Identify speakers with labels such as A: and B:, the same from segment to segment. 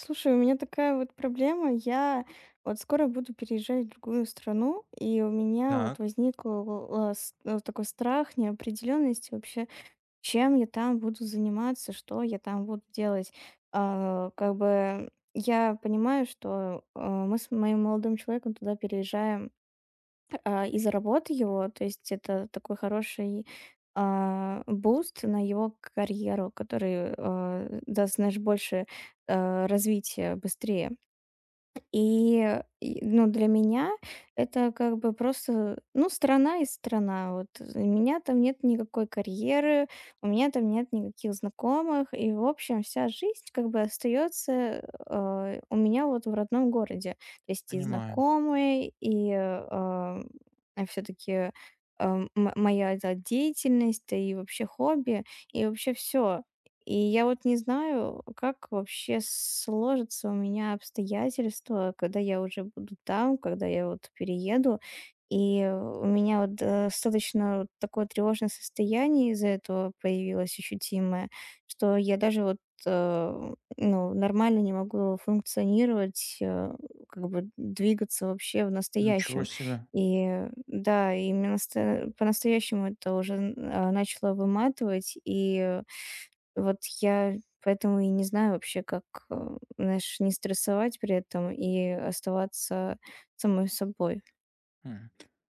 A: Слушай, у меня такая вот проблема. Я вот скоро буду переезжать в другую страну, и у меня вот
B: Так,
A: возник такой страх неопределенности вообще, чем я там буду заниматься, что я там буду делать. Как бы я понимаю, что мы с моим молодым человеком туда переезжаем из-за работы его. То есть это такой хороший, буст на его карьеру, который, даст, знаешь, больше, развития быстрее. Ну, для меня это как бы просто, ну, страна и страна. Вот у меня там нет никакой карьеры, у меня там нет никаких знакомых, и, в общем, вся жизнь как бы остается у меня вот в родном городе. То есть и
B: понимаю.
A: знакомые, и все-таки моя эта деятельность, да и вообще хобби, и вообще все. И я вот не знаю, как вообще сложатся у меня обстоятельства, когда я уже буду там, когда я вот перееду. И у меня вот достаточно вот такое тревожное состояние из-за этого появилось ощутимое, что я даже вот нормально не могу функционировать, как бы двигаться вообще в
B: Ничего
A: настоящем.
B: себе.
A: И да, и меня по-настоящему это уже начало выматывать, и вот я поэтому и не знаю вообще, как, э, знаешь, не стрессовать при этом и оставаться самой собой.
B: Хм.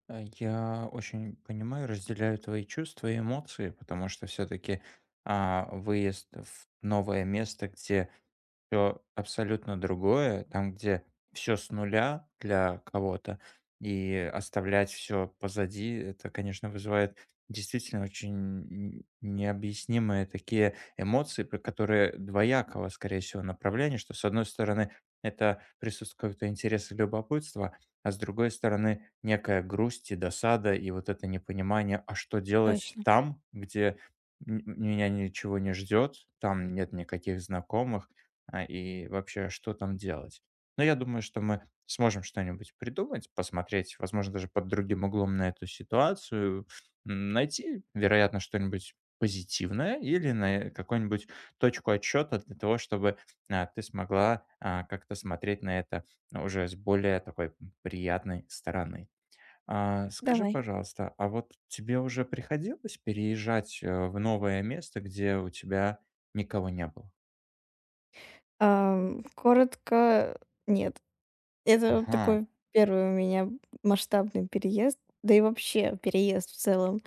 B: Я очень понимаю, разделяю твои чувства и эмоции, потому что все-таки выезд в новое место, где все абсолютно другое, там, где все с нуля для кого-то, и оставлять все позади, это, конечно, вызывает действительно очень н необъяснимые такие эмоции, про которые двоякого, скорее всего, направления, что, с одной стороны, это присутствует какой-то интерес и любопытство, а с другой стороны, некая грусть и досада, и вот это непонимание, а что делать
A: Точно.
B: там, где меня ничего не ждет, там нет никаких знакомых, и вообще, что там делать. Но я думаю, что мы сможем что-нибудь придумать, посмотреть, возможно, даже под другим углом на эту ситуацию, найти, вероятно, что-нибудь позитивное или на какую-нибудь точку отсчета для того, чтобы ты смогла как-то смотреть на это уже с более такой приятной стороны. А, скажи,
A: Давай.
B: пожалуйста, а вот тебе уже приходилось переезжать в новое место, где у тебя никого не было?
A: Ам, коротко, нет. Это вот
B: Ага,
A: такой первый у меня масштабный переезд. Да и вообще переезд в целом.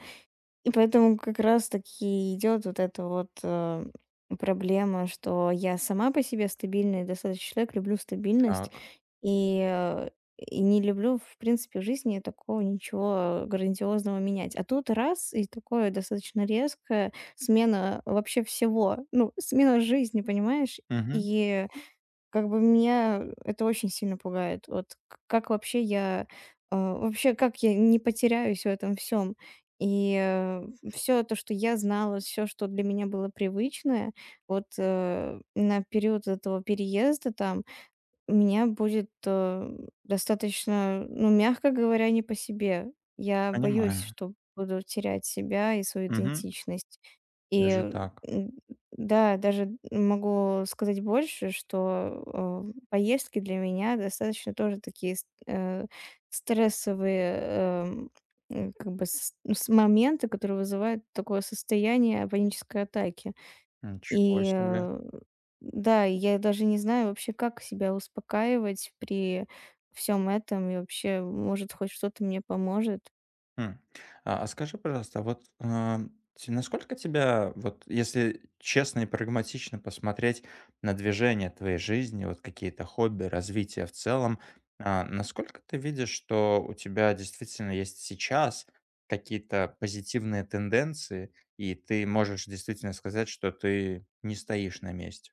A: И поэтому как раз таки идет вот эта вот проблема, что я сама по себе стабильный достаточно человек, люблю стабильность
B: так.
A: и, э, и не люблю, в принципе, в жизни такого ничего грандиозного менять. А тут и такое достаточно резкое, смена вообще всего, ну, смена жизни, понимаешь?
B: Мгм.
A: И как бы меня это очень сильно пугает. Вот к как вообще вообще как я не потеряюсь в этом всем. И все то, что я знала, все что для меня было привычное, вот, на период этого переезда там меня будет, достаточно, ну, мягко говоря, не по себе. Я боюсь,
B: Понимаю.
A: что буду терять себя и свою
B: Мгм.
A: идентичность.
B: Даже
A: И,
B: так.
A: м, да, даже могу сказать больше, что, поездки для меня достаточно тоже такие стрессовые, как бы с ну, с моменты, которые вызывают такое состояние панической атаки.
B: Ничего
A: И,
B: себе.
A: э, да, и я даже не знаю вообще, как себя успокаивать при всем этом и вообще, может, хоть что-то мне поможет.
B: М. А а скажи, пожалуйста, а вот, а, те насколько тебя, вот если честно и прагматично посмотреть на движение твоей жизни, вот какие-то хобби, развитие в целом, насколько ты видишь, что у тебя действительно есть сейчас какие-то позитивные тенденции, и ты можешь действительно сказать, что ты не стоишь на месте?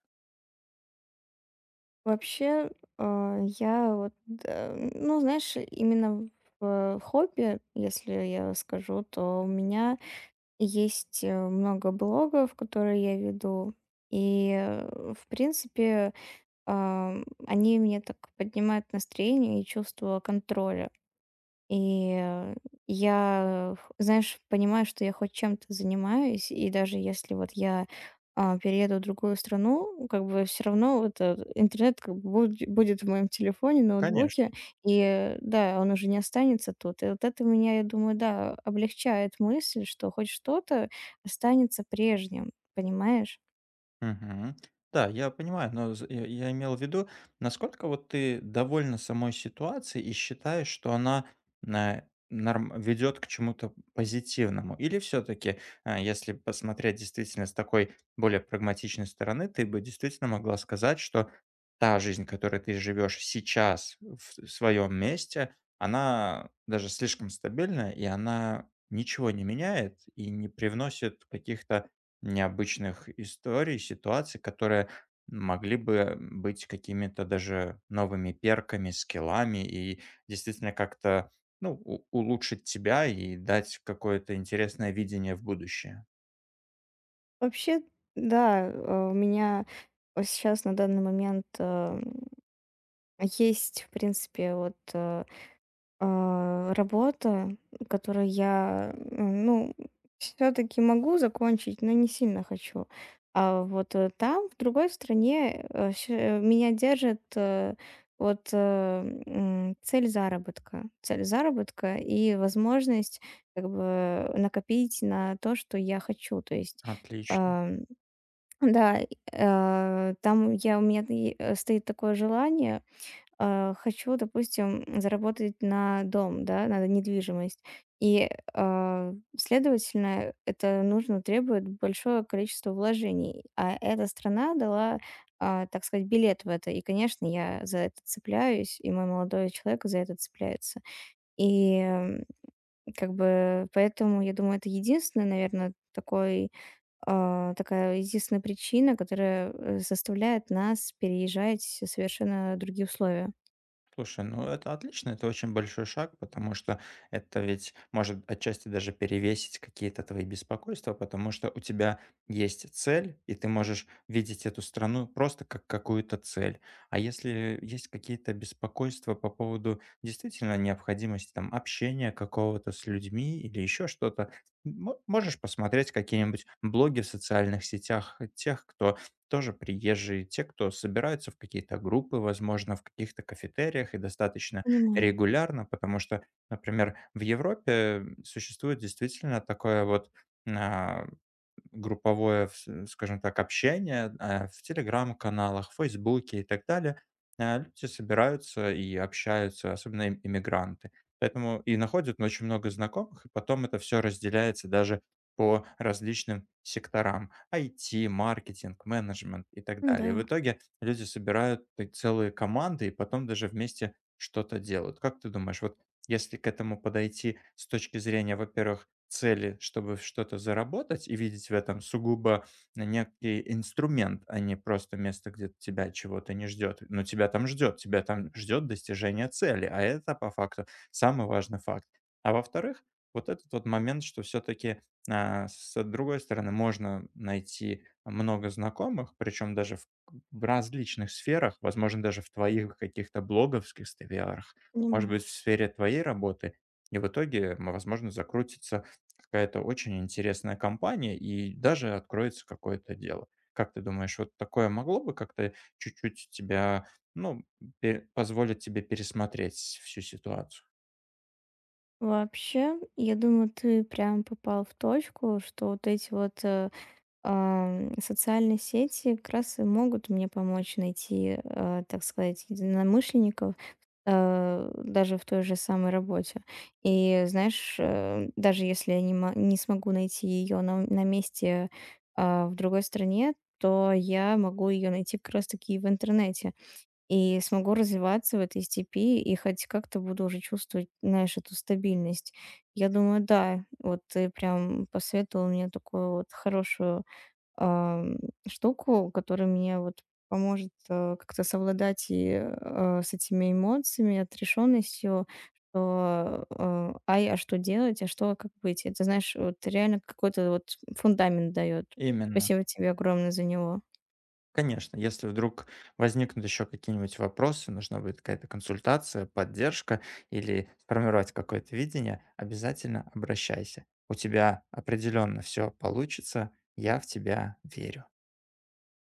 A: Вообще, я вот, ну, знаешь, именно в хобби, если я скажу, то у меня есть много блогов, которые я веду. И в принципе, ам, они мне так поднимают настроение и чувство контроля. И я, ф знаешь, понимаю, что я хоть чем-то занимаюсь, и даже если вот я перееду в другую страну, как бы все равно вот, интернет как бы будь будет в моем телефоне,
B: Конечно.
A: ноутбуке, и да, он уже не останется тут. И вот это меня, я думаю, да, облегчает мысль, что хоть что-то останется прежним, понимаешь?
B: Мгм. Да, я понимаю, но з я имел в виду, насколько вот ты довольна самой ситуацией и считаешь, что она на норм ведет к чему-то позитивному? Или все таки если посмотреть действительно с такой более прагматичной стороны, ты бы действительно могла сказать, что та жизнь, которой ты живешь сейчас в своем месте, она даже слишком стабильна, и она ничего не меняет и не привносит каких-то необычных историй, ситуаций, которые могли бы быть какими-то даже новыми перками, скиллами и действительно как-то, ну, у улучшить тебя и дать какое-то интересное видение в будущее.
A: Вообще, у меня, сейчас на данный момент, есть, в принципе, работа, которую я, ну, все таки могу закончить, но не сильно хочу. А вот, там, в другой стране, меня держит, вот, э, цель заработка. Цель заработка и возможность как бы накопить на то, что я хочу. То есть,
B: Отлично.
A: ам, да, там я у меня стоит такое желание хочу, допустим, заработать на дом, да, на недвижимость. И, следовательно, это нужно требует большое количество вложений. А эта страна дала, так сказать, билет в это. И, конечно, я за это цепляюсь, и мой молодой человек за это цепляется. И, м, как бы, поэтому, я думаю, это единственный, наверное, такой, такая единственная причина, которая, заставляет нас переезжать в совершенно другие условия.
B: Слушай, ну это отлично, это очень большой шаг, потому что это ведь может отчасти даже перевесить какие-то твои беспокойства, потому что у тебя есть цель, и ты можешь видеть эту страну просто как какую-то цель. А если есть какие-то беспокойства по поводу действительно необходимости там общения какого-то с людьми или еще что-то, можешь посмотреть какие-нибудь блоги в социальных сетях тех, кто тоже приезжие, те, кто собираются в какие-то группы, возможно, в каких-то кафетериях и достаточно
A: Понимаю.
B: регулярно, потому что, например, в Европе существует действительно такое вот а, групповое, вс скажем так, общение, в "Телеграм"-каналах, в "Фейсбуке" и так далее. Э, люди собираются и общаются, особенно им иммигранты. Поэтому и находят очень много знакомых, и потом это все разделяется даже по различным секторам: IT, маркетинг, менеджмент и так
A: Да,
B: далее. В итоге люди собирают и целые команды и потом даже вместе что-то делают. Как ты думаешь, вот если к этому подойти с точки зрения, во-первых, цели, чтобы что-то заработать и видеть в этом сугубо некий инструмент, а не просто место, где тебя чего-то не ждет. Но тебя там ждет достижение цели, а это по факту самый важный факт. А во-вторых, вот этот вот момент, что все-таки с другой стороны можно найти много знакомых, причем даже в различных сферах, возможно, даже в твоих каких-то блоговских сферах, может
A: понимаю.
B: быть, в сфере твоей работы. И в итоге, возможно, закрутится какая-то очень интересная компания и даже откроется какое-то дело. Как ты думаешь, вот такое могло бы как-то чуть-чуть тебя, ну, пе позволить тебе пересмотреть всю ситуацию?
A: Вообще, я думаю, ты прям попал в точку, что вот эти вот социальные сети как раз и могут мне помочь найти, так сказать, единомышленников даже в той же самой работе. И знаешь, даже если я не смогу найти ее на месте в другой стране, то я могу ее найти как раз-таки в интернете. И смогу развиваться в этой степи, и хоть как-то буду уже чувствовать, знаешь, эту стабильность. Я думаю, да, вот ты прям посоветовал мне такую вот хорошую ам, штуку, которая мне вот поможет как-то совладать с этими эмоциями, отрешенностью, что а что делать, а что, а как быть. Это, знаешь, вот реально какой-то вот фундамент дает.
B: Именно.
A: Спасибо тебе огромное за него.
B: Конечно, если вдруг возникнут еще какие-нибудь вопросы, нужна будет какая-то консультация, поддержка или сформировать какое-то видение, обязательно обращайся. У тебя определенно все получится, я в тебя верю.